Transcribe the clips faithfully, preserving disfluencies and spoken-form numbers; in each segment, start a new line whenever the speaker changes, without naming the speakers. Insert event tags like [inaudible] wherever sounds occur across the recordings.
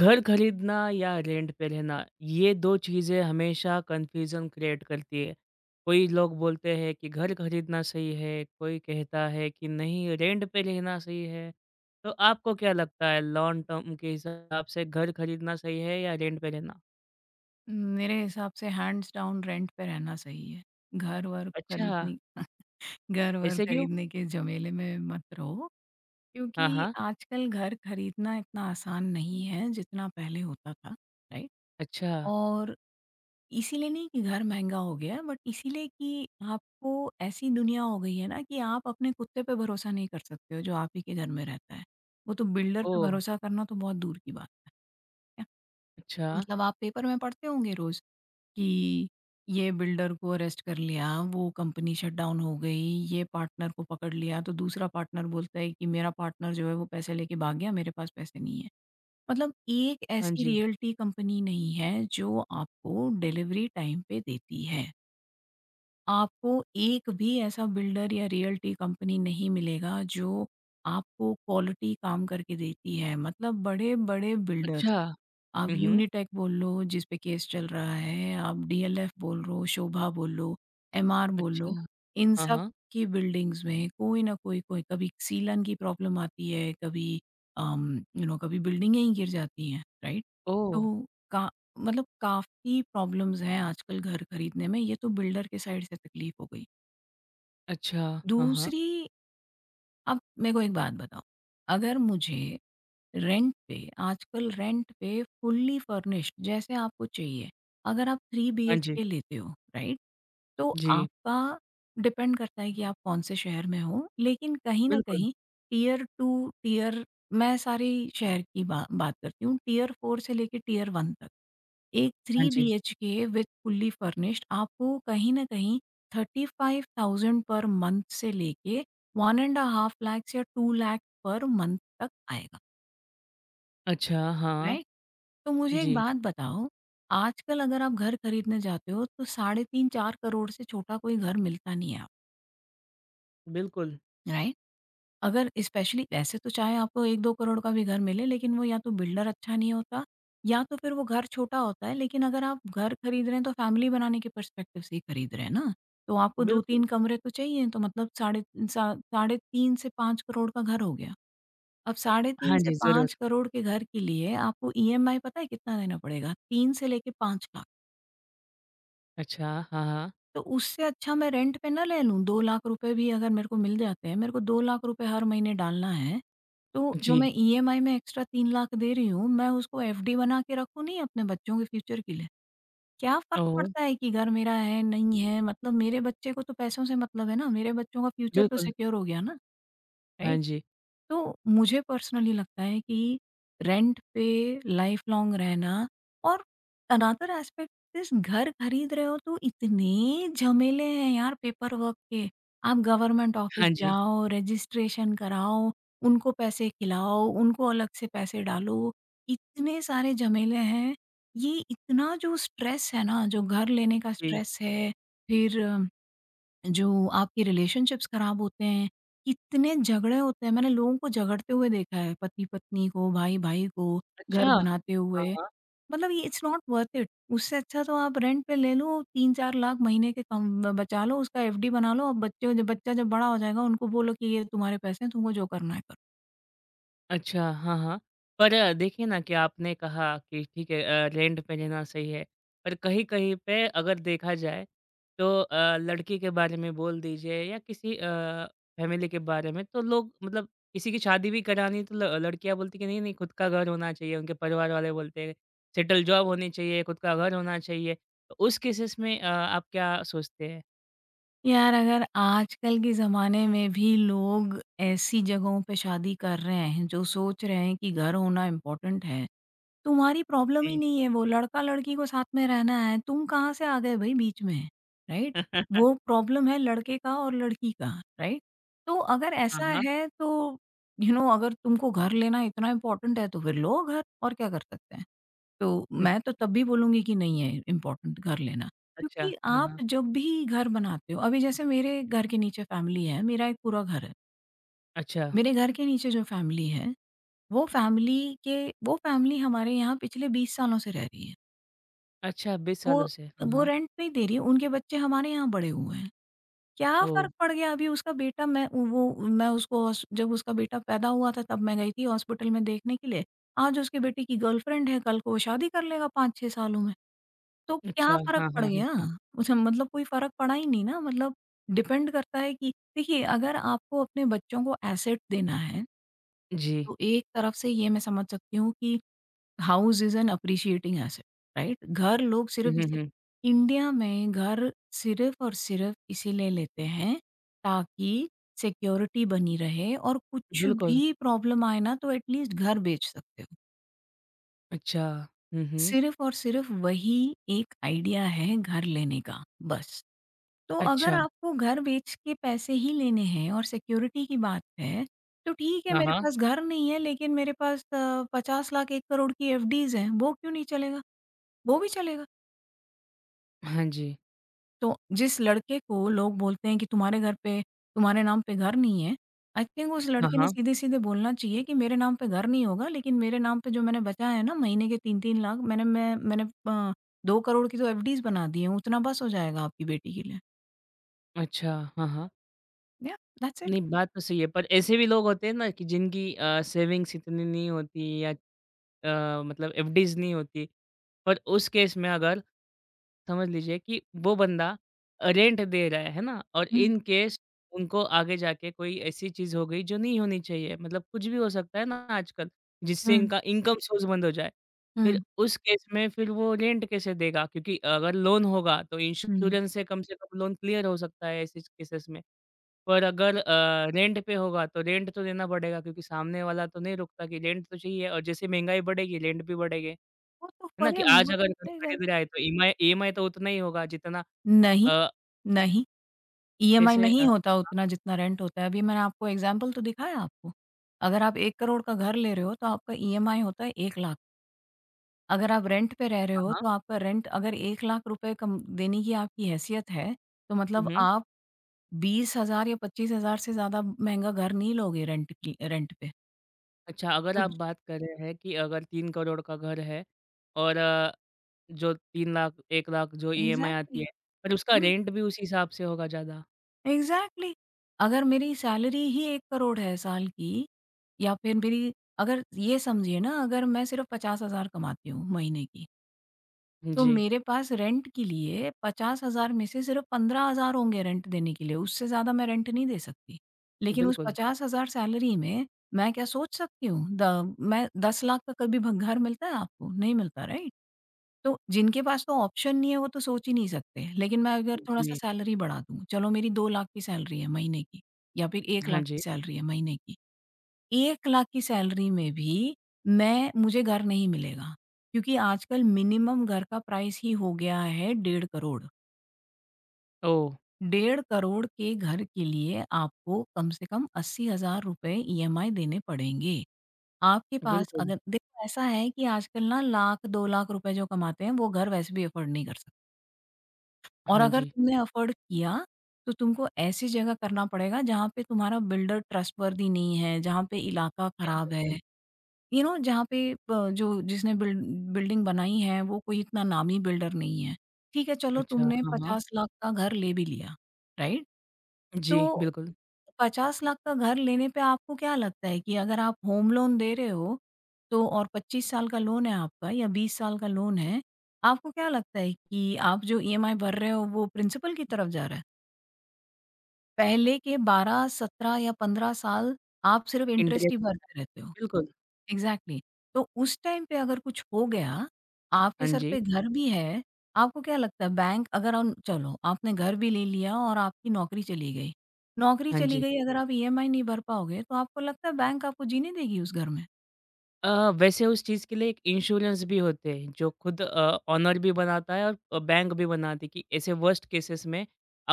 घर खरीदना या रेंट पे रहना ये दो चीज़ें हमेशा कन्फ्यूज़न क्रिएट करती है। कोई लोग बोलते हैं कि घर खरीदना सही है, कोई कहता है कि नहीं रेंट पे रहना सही है। तो आपको क्या लगता है लॉन्ग टर्म के हिसाब से घर खरीदना सही है या रेंट पे रहना?
मेरे हिसाब से हैंड्स डाउन रेंट पे रहना सही है। घर-वर
अच्छा,
खरीदने [laughs] घर-वर
ऐसे क्यों?
खरीदने के झमेले में मत रहो।
हाँ,
क्योंकि
हाँ।
आजकल घर खरीदना इतना आसान नहीं है जितना पहले होता था, राइट?
अच्छा,
और इसीलिए नहीं कि घर महँगा हो गया है, बट इसीलिए कि आपको ऐसी दुनिया हो गई है ना कि आप अपने कुत्ते पे भरोसा नहीं कर सकते हो जो आप ही के घर में रहता है। वो तो बिल्डर पे
ओह!
भरोसा करना तो बहुत दूर की बात है।
अच्छा,
मतलब आप पेपर में पढ़ते होंगे रोज कि ये बिल्डर को अरेस्ट कर लिया, वो कंपनी शटडाउन हो गई, ये पार्टनर को पकड़ लिया, तो दूसरा पार्टनर बोलता है कि मेरा पार्टनर जो है वो पैसे लेके भाग गया, मेरे पास पैसे नहीं है। मतलब एक
हाँ
ऐसी
जी।
रियल्टी कंपनी नहीं है जो आपको डिलीवरी टाइम पे देती है। आपको एक भी ऐसा बिल्डर या रियल्टी कंपनी नहीं मिलेगा जो आपको क्वालिटी काम करके देती है। मतलब बड़े-बड़े बिल्डर्स,
अच्छा,
आप
हुँ, हुँ।
यूनिटेक बोल लो जिस पे केस चल रहा है, आप डी एल एफ बोल लो, शोभा बोल लो, एम आर बोल
अच्छा,
लो, इन
हाँ,
सब
हाँ।
की बिल्डिंग्स में कोई ना कोई कोई कभी सीलन की प्रॉब्लम आती है, कभी अम, यू नो कभी बिल्डिंगें ही गिर जाती हैं, राइट?
ओह!
तो का मतलब काफ़ी प्रॉब्लम्स हैं आजकल घर खरीदने में। ये तो बिल्डर के साइड से तकलीफ हो गई।
अच्छा, हाँ, हाँ।
दूसरी अब मेरे को एक बात बताओ, अगर मुझे रेंट पे आजकल रेंट पे फुल्ली फर्निश्ड जैसे आपको चाहिए, अगर आप थ्री
हाँ जी,
बीएचके लेते हो, राइट? तो
जी,
आपका डिपेंड करता है कि आप कौन से शहर में हो, लेकिन कहीं ना
बिल्कुल।
कहीं टीयर टू टीयर मैं सारे शहर की बा, बात करती हूँ, टीयर फोर से लेके टीयर वन तक एक
हाँ
थ्री बी
जी।
H K with fully furnished आपको कहीं ना कहीं thirty five thousand per month से लेके वन एंड हाफ लैक्स या टू लैख पर मंथ तक आएगा,
अच्छा, हाँ।
राइट? तो मुझे एक
जी।
बात बताओ, आजकल अगर आप घर खरीदने जाते हो तो साढ़े तीन चार करोड़ से छोटा कोई घर मिलता नहीं है आप,
बिल्कुल,
राइट? अगर स्पेशली वैसे तो चाहे आपको एक दो करोड़ का भी घर मिले, लेकिन वो या तो बिल्डर अच्छा नहीं होता या तो फिर वो घर छोटा होता है। लेकिन अगर आप घर खरीद रहे हैं तो फैमिली बनाने के पर्सपेक्टिव से ही खरीद रहे हैं ना। तो आपको
बिल्कुल।
दो तीन कमरे तो चाहिए, तो मतलब साढ़े सा साढ़े तीन से पाँच करोड़ का घर हो गया। अब साढ़े
हाँ
तीन से
जी, ज़रूर।
पाँच करोड़ के घर के लिए आपको ई एम आई पता है कितना देना पड़ेगा? तीन से लेके पाँच लाख।
अच्छा, हाँ, हाँ।
तो उससे अच्छा मैं रेंट पे ना ले लूँ, दो लाख रुपए भी अगर मेरे को मिल जाते हैं, मेरे को दो लाख रुपए हर महीने डालना है, तो जो
जी,
मैं ईएमआई में एक्स्ट्रा तीन लाख दे रही हूँ, मैं उसको एफ डी बना के रखूँ नहीं अपने बच्चों के फ्यूचर के लिए? क्या फ़र्क
ओह!
पड़ता है कि घर मेरा है, नहीं है? मतलब मेरे बच्चे को तो पैसों से मतलब है ना, मेरे बच्चों का फ्यूचर तो
बिल्कुल।
सिक्योर हो गया ना,
हाँ
राइट?
जी,
तो मुझे पर्सनली लगता है कि रेंट पे लाइफ लॉन्ग रहना, और अनदर एस्पेक्ट इस, घर खरीद रहे हो तो इतने झमेले हैं यार पेपर वर्क के। आप गवर्नमेंट ऑफिस
हाँ जी।
जाओ, रजिस्ट्रेशन कराओ, उनको पैसे खिलाओ, उनको अलग से पैसे डालो, इतने सारे झमेले हैं। ये इतना जो स्ट्रेस है ना, जो घर लेने का
जी।
स्ट्रेस है, फिर जो आपके रिलेशनशिप्स खराब होते हैं, कितने झगड़े होते हैं, मैंने लोगों को झगड़ते हुए देखा है, पति-पत्नी को, भाई-भाई को, घर
अच्छा!
बनाते
हाँ,
हुए,
हाँ।
मतलब ये इट्स नॉट वर्थ इट। उससे अच्छा तो आप रेंट पे ले लो, तीन चार लाख महीने के कम ब बचा लो, उसका एफ डी बना लो और बच्चे जब बच्चा जब बड़ा हो जाएगा, उनको बोलो कि ये तुम्हारे पैसे हैं, तुमको जो करना है करो।
अच्छा, हाँ, हाँ। पर अ, देखिए ना कि आपने कहा कि ठीक है अ, रेंट पे रहना सही है। पर कहीं-कहीं पे अगर देखा जाए तो अ, लड़की के बारे में बोल दीजिए या किसी अ, फैमिली के बारे में तो लोग मतलब किसी की शादी भी करानी तो ल लड़कियाँ बोलती हैं कि नहीं-नहीं खुद का घर होना चाहिए। उनके परिवार वाले बोलते हैं सेटल जॉब होनी चाहिए, खुद का घर होना चाहिए। तो उस केसेस में अ, आप क्या सोचते हैं?
यार अगर आजकल के ज़माने में भी लोग ऐसी जगहों पे शादी कर रहे हैं, जो सोच रहे हैं कि घर होना इम्पोर्टेंट है, तुम्हारी प्रॉब्लम ही
जी।
नहीं है वो, लड़का-लड़की को साथ में रहना है, तुम कहाँ से आ गए भई बीच में, राइट? वो
[laughs]
प्रॉब्लम है लड़के का और लड़की का, राइट? तो अगर
हाँ,
ऐसा
हाँ।
है तो यू you नो know, अगर तुमको घर लेना इतना इम्पोर्टेंट है तो फिर लो घर, और क्या कर सकते हैं। तो मैं
[laughs]
तो तब भी बोलूँगी कि नहीं है इम्पोर्टेंट घर लेना।
अच्छा,
क्योंकि
हाँ,
आप
हाँ।
जब भी घर बनाते हो, अभी जैसे मेरे घर के नीचे फैमिली है, मेरा एक पूरा घर है।
अच्छा,
मेरे घर के नीचे जो फैमिली है, वो फैमिली के वो फैमिली हमारे यहाँ पिछले बीस सालों से रह रही है।
अच्छा बीस सालों
वो
से। हाँ,
वो
हाँ।
रेंट पे ही दे रही है, उनके बच्चे हमारे यहाँ बड़े हुए हैं। क्या
ओह!
फ़र्क पड़ गया? अभी उसका बेटा मैं वो मैं उसको हॉस जब उसका बेटा पैदा हुआ था तब मैं गई थी हॉस्पिटल में देखने के लिए। आज उसके बेटे की गर्लफ्रेंड है, कल को वो शादी कर लेगा पाँच छह सालों में। तो
अच्छा,
क्या फ़र्क
हाँ,
पड़
हाँ, हाँ,
गया?
हाँ।
उसे मतलब कोई फ़र्क पड़ा ही नहीं ना, मतलब डिपेंड करता है कि देखिए, अगर आपको अपने बच्चों को एसेट देना है,
जी।
तो एक तरफ से ये मैं समझ सकती हूँ कि house is an appreciating asset, right? घर लोग
हुँ,
सिर्फ
हुँ,
इसे
हुँ।
इंडिया में घर सिर्फ और सिर्फ इसीलिए लेते हैं ताकि सिक्योरिटी बनी रहे और कुछ
बिल्कुल।
भी प्रॉब्लम आए ना तो एटलीस्ट घर बेच सकते हो।
अच्छा। हुँ, हुँ।
सिर्फ और सिर्फ वही एक आइडिया है घर लेने का, बस। तो अगर
अच्छा।
आपको घर बेच के पैसे ही लेने हैं और सिक्योरिटी की बात है, तो ठीक है,
हाँ,
मेरे
हाँ।
पास घर नहीं है, लेकिन मेरे पास अ, पचास लाख एक करोड़ की एफ डीज़ हैं, वो क्यों नहीं चलेगा? वो भी चलेगा।
हाँ जी।
तो जिस लड़के को लोग बोलते हैं कि तुम्हारे घर पे तुम्हारे नाम पे घर नहीं है, आई थिंक उस
हाँ,
लड़के ने
हाँ।
सीधे-सीधे बोलना चाहिए कि मेरे नाम पे घर नहीं होगा, लेकिन मेरे नाम पे जो मैंने बचाया है ना महीने के तीन तीन लाख, मैंने मैं मैंने अ, दो करोड़ की तो एफ डीज़ बना दी है, उतना बस हो जाएगा आपकी बेटी के लिए।
अच्छा। हाँ, हाँ।
या दैट्स इट।
नहीं, बात तो सही है, पर ऐसे भी लोग होते हैं ना कि जिनकी अ, सेविंग्स इतनी नहीं होती या अ, मतलब एफडीज़ नहीं होती। पर उस केस में अगर समझ लीजिए कि वो बंदा रेंट दे रहा है, है ना? और
हुँ,
इन केस उनको आगे जाके कोई ऐसी चीज़ हो गई जो नहीं होनी चाहिए, मतलब कुछ भी हो सकता है ना आजकल, जिससे
हुँ,
इनका इनकम सोर्स बंद हो जाए। फिर
हुँ,
उस केस में फिर वो रेंट कैसे देगा? क्योंकि अगर लोन होगा तो
हुँ।
इंश्योरेंस से कम से कम लोन क्लियर हो सकता है ऐसे केसेस में। पर अगर अ, रेंट पे होगा तो रेंट तो देना पड़ेगा क्योंकि सामने वाला तो नहीं रुकता कि रेंट तो चाहिए और जैसे महँगाई बढ़ेगी रेंट भी बढ़ेंगे। है
वो तो
ना? कि
करे
आज
वो तो
अगर घर
करेगा ही।
खरीद रहा है तो ईएमआई ईएमआई तो उतना ही होगा जितना
नहीं,
अ,
नहीं, ईएमआई
कैसे अ,
नहीं होता उतना जितना रेंट होता है। अभी मैंने आपको एग्ज़ाम्पल तो दिखाया आपको। अगर आप एक करोड़ का घर ले रहे हो तो आपका ईएमआई होता है एक लाख। अगर आप रेंट पे रह रहे
हाँ,
हो,
हाँ।
तो आपका रेंट, अगर एक,लाख रुपए कम देने की आपकी हैसियत है, तो मतलब
उहुँ।
आप बीस हज़ार या पच्चीस हज़ार से ज़्यादा महँगा घर नहीं लोगे रेंट की रेंट पे।
अच्छा अगर
तो
आप
ज
बात कर रहे हैं कि अगर तीन करोड़ का घर है और अ, जो तीन लाख एक लाख जो ईएमआई आती है,
एग्ज़ैक्टली।
पर उसका
हुँ,
रेंट भी उसी हिसाब से होगा ज़्यादा।
एग्ज़ैक्टली। अगर मेरी सैलरी ही एक करोड़ है साल की, या फिर मेरी, अगर ये समझिए ना, अगर मैं सिर्फ़ पचास हज़ार कमाती हूँ महीने की। तो
जी,
मेरे पास रेंट के लिए पचास हज़ार में से सिर्फ़ पंद्रह हज़ार होंगे रेंट देने के लिए, उससे ज़्यादा मैं रेंट नहीं दे सकती। लेकिन उस
बिल्कुल।
पचास हज़ार सैलरी में मैं क्या सोच सकती हूँ? द मैं दस लाख का कभी भ घर मिलता है आपको? नहीं मिलता, राइट? तो जिनके पास तो ऑप्शन नहीं है वो तो सोच ही नहीं सकते। लेकिन मैं अगर थोड़ा-सा
जी,
सैलरी बढ़ा दूँ, चलो मेरी दो लाख की सैलरी है महीने की, या फिर एक
हाँ
लाख की
जी।
सैलरी है महीने की। एक,लाख की सैलरी में भी मैं मुझे घर नहीं मिलेगा, क्योंकि आजकल मिनिमम घर का प्राइस ही हो गया है डेढ़ करोड़।
ओह!
डेढ़ करोड़ के घर के लिए आपको कम से कम ₹अस्सी हज़ार ईएमआई देने पड़ेंगे। आपके पास
बिल्कुल,
अगर देखो ऐसा है कि आजकल ना लाख दो लाख रुपए जो कमाते हैं वो घर वैसे भी अफ़ोर्ड नहीं कर सकते, और
हाँ
अगर
जी।
तुमने अफ़ोर्ड किया, तो तुमको ऐसी जगह करना पड़ेगा जहाँ पे तुम्हारा बिल्डर ट्रस्टवर्दी नहीं है, जहाँ पे इलाका खराब
हुँ,
है। यू नो जहाँ पे प जो जिसने बिल्ड बिल्डिंग बनाई है वो कोई इतना नामी बिल्डर नहीं है। ठीक है चलो
अच्छा,
तुमने
हाँ, हाँ।
पचास,लाख का घर ले भी लिया, राइट?
जी,
तो
बिल्कुल।
पचास,लाख का घर लेने पे आपको क्या लगता है कि अगर आप होम लोन दे रहे हो, तो और पच्चीस साल का लोन है आपका या बीस साल का लोन है, आपको क्या लगता है कि आप जो ईएमआई भर रहे हो वो प्रिंसिपल की तरफ जा रहा है? पहले के बारह, सत्रह या पंद्रह साल आप सिर्फ इंटरेस्ट
इंटरेस्ट
ही भरते रहते हो।
बिल्कुल।
Exactly exactly. तो उस टाइम पे अगर कुछ हो गया, आपके
हाँ
सर
जी,
पे घर भी है, आपको क्या लगता है, बैंक अगर हम चलो आपने घर भी ले लिया और आपकी नौकरी चली गई, नौकरी
हाँ
चली
जी।
गई, अगर आप ईएमआई नहीं भर पाओगे तो आपको लगता है बैंक आपको जीने देगी उस घर में?
अ, वैसे उस चीज़ के लिए एक इंश्योरेंस भी होते हैं जो खुद अ, ओनर भी बनाता है और अ, बैंक भी बनाती है कि ऐसे वर्स्ट केसेस में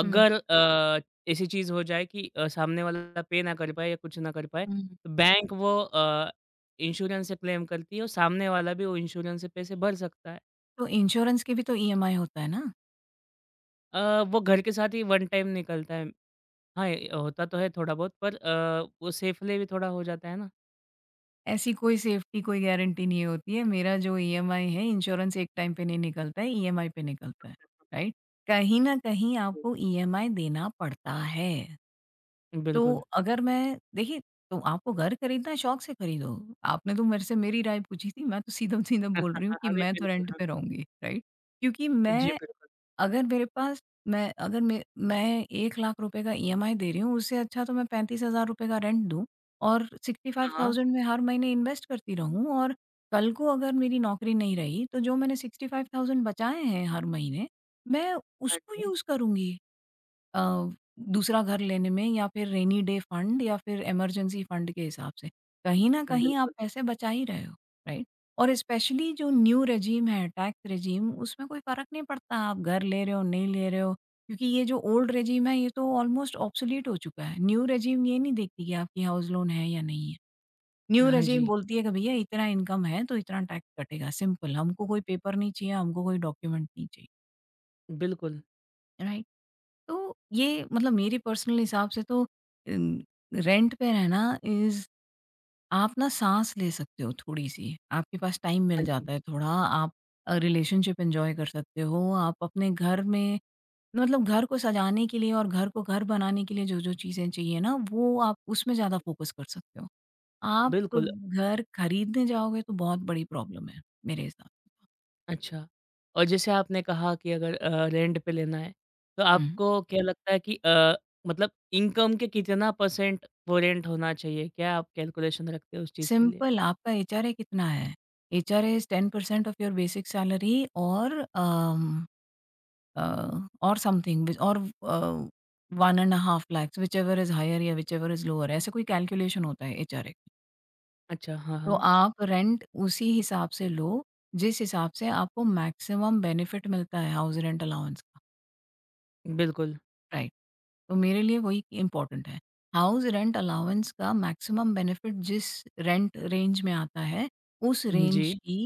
हुँ,
अगर अ, ऐसी चीज़ हो जाए कि अ, सामने वाला पे ना कर पाए या कुछ ना कर पाए
हुँ।
तो बैंक वो अ, इंश्योरेंस से क्लेम करती है और सामने वाला भी वो इंश्योरेंस से पैसे भर सकता है।
तो इंश्योरेंस के भी तो ईएमआई होता है ना?
अ, वो घर के साथ ही वन टाइम निकलता है। हाँ, ये होता तो है थोड़ा बहुत, पर अ, वो सेफली भी थोड़ा हो जाता है ना।
ऐसी कोई सेफ्टी, कोई गारंटी नहीं होती है। मेरा जो ईएमआई है, इंश्योरेंस एक टाइम पे नहीं निकलता है, ईएमआई पे निकलता है, राइट? कहीं न कहीं
जी।
आपको ईएमआई देना पड़ता है। तो
बिल्कुल।
अगर मैं देखिए, तो आपको घर खरीदना है, शौक से खरीदो। आपने तो मेरे से मेरी राय पूछी थी, मैं तो सीधा-सीधा बोल रही हूँ
[laughs]
कि
अरे
मैं तो
बिल्कुल
रेंट
हाँ।
पे रहूँगी, राइट? क्योंकि
जी,
मैं
बिल्कुल।
अगर मेरे पास मैं अगर मैं मैं एक लाख रुपए का ईएमआई दे रही हूँ, उससे अच्छा तो मैं पैंतीस हज़ार रुपए का रेंट दूँ और
हाँ,
सिक्सटी फ़ाइव थाउज़ेंड में हर महीने इन्वेस्ट करती रहूँ और कल को अगर मेरी नौकरी नहीं रही, तो जो मैंने सिक्सटी फ़ाइव थाउज़ेंड बचाए हैं हर महीने, मैं
हाँ
उसको
जी,
यूज़ करूँगी। अ, दूसरा घर लेने में या फिर रेनी डे फंड या फिर इमरजेंसी फंड के हिसाब से, कहीं न कहीं आप
बिल्कुल,
पैसे बचा ही रहे हो, राइट? और स्पेशली जो न्यू रेजीम है, टैक्स रेजीम, उसमें कोई फ़र्क नहीं पड़ता आप घर ले रहे हो, नहीं ले रहे हो, क्योंकि ये जो ओल्ड रेजीम है, ये तो ऑलमोस्ट ऑब्सोलीट हो चुका है। न्यू रेजीम ये नहीं देखती कि आपकी हाउस लोन है या नहीं है। न्यू
हाँ
रेजीम
जी,
बोलती है कि भैया इतना इनकम है, तो इतना टैक्स कटेगा, सिंपल। हमको कोई पेपर नहीं चाहिए, हमको कोई डॉक्यूमेंट नहीं चाहिए,
बिल्कुल,
राइट? तो ये मतलब मेरे पर्सनल हिसाब से तो अम, रेंट पे रहना इज़ आप ना साँस ले सकते हो थोड़ी-सी, आपके पास टाइम
हाँ
मिल
जी,
जाता है थोड़ा, आप अ, रिलेशनशिप एन्जॉय कर सकते हो, आप अपने घर में मतलब घर को सजाने के लिए और घर को घर बनाने के लिए जो-जो चीज़ें चाहिए ना, वो आप उसमें ज़्यादा फ़ोकस कर सकते हो। आप
बिल्कुल,
घर खरीदने जाओगे तो बहुत बड़ी प्रॉब्लम है, मेरे हिसाब
अच्छा। और जैसे आपने कहा कि अगर अ, रेंट पे लेना है, तो
हुँ।
आपको क्या लगता है कि अ, मतलब इनकम के कितना परसेंट वो रेंट होना चाहिए? क्या आप कैलकुलेशन रखते हो उस चीज़ के लिए?
सिंपल आपका एचआरए कितना है? HRA is ten percent of your basic salary और अम, अ, और समथिंग विच और uh, one point five lakhs whichever is higher या व्हिचएवर इज़ लोअर ऐसे कोई कैलकुलेशन होता है एचआरए।
अच्छा, हाँ,
तो
हाँ,
आप रेंट उसी हिसाब से लो, जिस हिसाब से आपको मैक्सिमम बेनिफिट मिलता है हाउस रेंट अलाउंस का।
बिल्कुल।
राइट। तो मेरे लिए वही इम्पोर्टेंट है। हाउस रेंट अलाउंस का मैक्सिमम बेनिफिट जिस रेंट रेंज में आता है, उस
जी,
रेंज की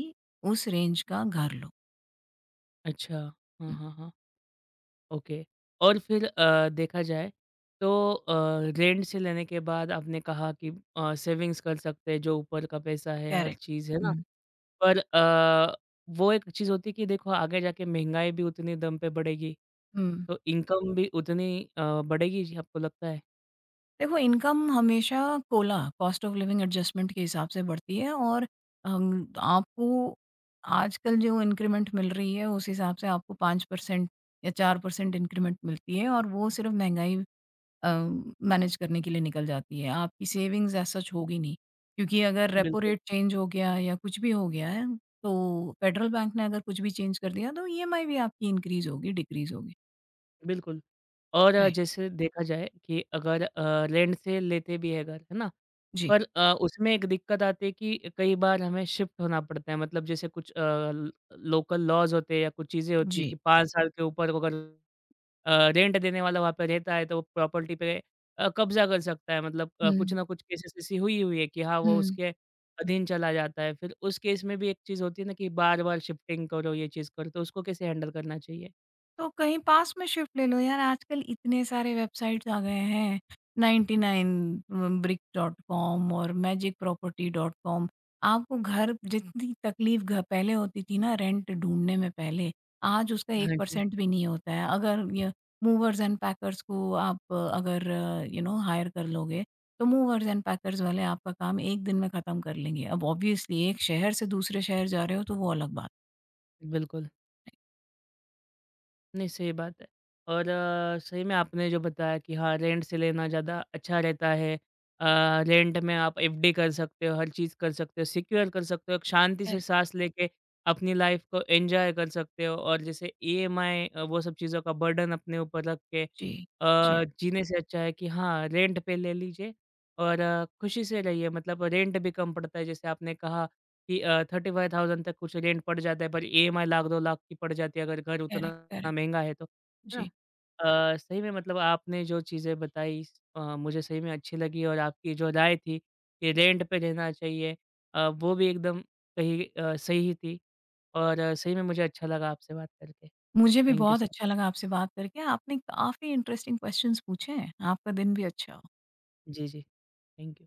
उस रेंज का घर लो।
अच्छा, हाँ,
हुँ,
हाँ, हाँ, ओके। और फिर अ, देखा जाए तो अ, रेंट से लेने के बाद आपने कहा कि अ, सेविंग्स कर सकते हैं, जो ऊपर का पैसा है, हर
करेक्ट।
चीज़, है ना?
हुँ,
पर अ, वो एक चीज़ होती है कि देखो आगे जाके महँगाई भी उतने दम पे बढ़ेगी,
हुँ।
तो इनकम भी उतनी अ, बढ़ेगी जी आपको लगता है?
देखो इनकम हमेशा COLA cost of living adjustment के हिसाब से बढ़ती है और अम, आपको आजकल जो इंक्रीमेंट मिल रही है, उस हिसाब से आपको फ़ाइव परसेंट या फ़ोर परसेंट इंक्रीमेंट मिलती है और वो सिर्फ़ महँगाई अ, मैनेज करने के लिए निकल जाती है। आपकी सेविंग्स एज़ सच होगी नहीं, क्योंकि अगर रेपो
बिल्कुल,
रेट चेंज हो गया या कुछ भी हो गया है, तो फ़ेडरल बैंक ने अगर कुछ भी चेंज कर दिया, तो ईएमआई भी आपकी इंक्रीज़ होगी, डिक्रीज़ होगी।
बिल्कुल। और अ,
राइट।
जैसे देखा जाए कि अगर अ, रेंट से लेते भी है घर, है ना?
जी,
पर अ, उसमें एक दिक्कत आती है कि कई बार हमें शिफ्ट होना पड़ता है मतलब जैसे कुछ अ, ल लोकल लॉज़ होते हैं या कुछ चीज़ें होती हैं
जी।
कि पाँच साल के ऊपर अगर अ, रेंट देने वाला वहाँ पे रहता है तो वो प्रॉपर्टी पे अ, कब्ज़ा कर सकता है, मतलब अ, कुछ
हुँ,
ना कुछ केसेस ऐसी हुई हुई है कि हाँ, वो
हुँ।
उसके अधीन चला जाता है। फिर उस केस में भी एक चीज़ होती है ना कि बार-बार शिफ्टिंग करो, ये चीज़ करो, तो उसको कैसे हैंडल करना चाहिए?
तो कहीं पास में शिफ्ट ले लो यार, आजकल इतने सारे वेबसाइट्स आ गए हैं, निन्यानवे ब्रिक डॉट कॉम और मैजिक प्रॉपर्टी डॉट कॉम। आपको घर जितनी तकलीफ़ घ पहले होती थी ना रेंट ढूँढने में पहले, आज उसका
हाँ जी,
वन परसेंट भी नहीं होता है। अगर य मूवर्स एंड पैकर्स को आप अ, अगर यू नो हायर कर लोगे, तो मूवर्स एंड पैकर्स वाले आपका काम एक दिन में ख़त्म कर लेंगे। अब ऑब्वियसली एक शहर से दूसरे शहर जा रहे हो तो वो अलग बात
बिल्कुल।
है।
नहीं, सही बात है। और अ, सही में आपने जो बताया कि हाँ, रेंट से लेना ज़्यादा अच्छा रहता है। अ, रेंट में आप एफडी कर सकते हो, हर चीज़ कर सकते हो, सिक्योर कर सकते हो, एक शांति से
करेक्ट।
सांस लेके अपनी लाइफ़ को एन्जॉय कर सकते हो और जैसे ईएमआई अ, वो सब चीज़ों का बर्डन अपने ऊपर रख के
जी,
अ,
जी।
जीने से अच्छा है कि हाँ, रेंट पे ले लीजिए और अ, खुशी से रहिए। मतलब रेंट भी कम पड़ता है, जैसे आपने कहा कि अ, पैंतीस हज़ार तक कुछ रेंट पड़ जाता है, पर ईएमआई लाख दो लाख की पड़ जाती है अगर घर उतना
करेक्ट, करेक्ट।
महँगा है तो, है
जी,
ना? अ, सही में मतलब आपने जो चीज़ें बताई अ, मुझे सही में अच्छी लगी और आपकी जो राय थी कि रेंट पे रहना चाहिए अ, वो भी एकदम कहीं अ, सही ही थी और अ, सही में मुझे अच्छा लगा आपसे बात करके।
मुझे भी
थैंक यू
बहुत
सो
अच्छा
मच।
लगा आपसे बात करके। आपने काफ़ी इंटरेस्टिंग क्वेश्चन्स पूछे हैं। आपका दिन भी अच्छा हो।
जी, जी। Thank you.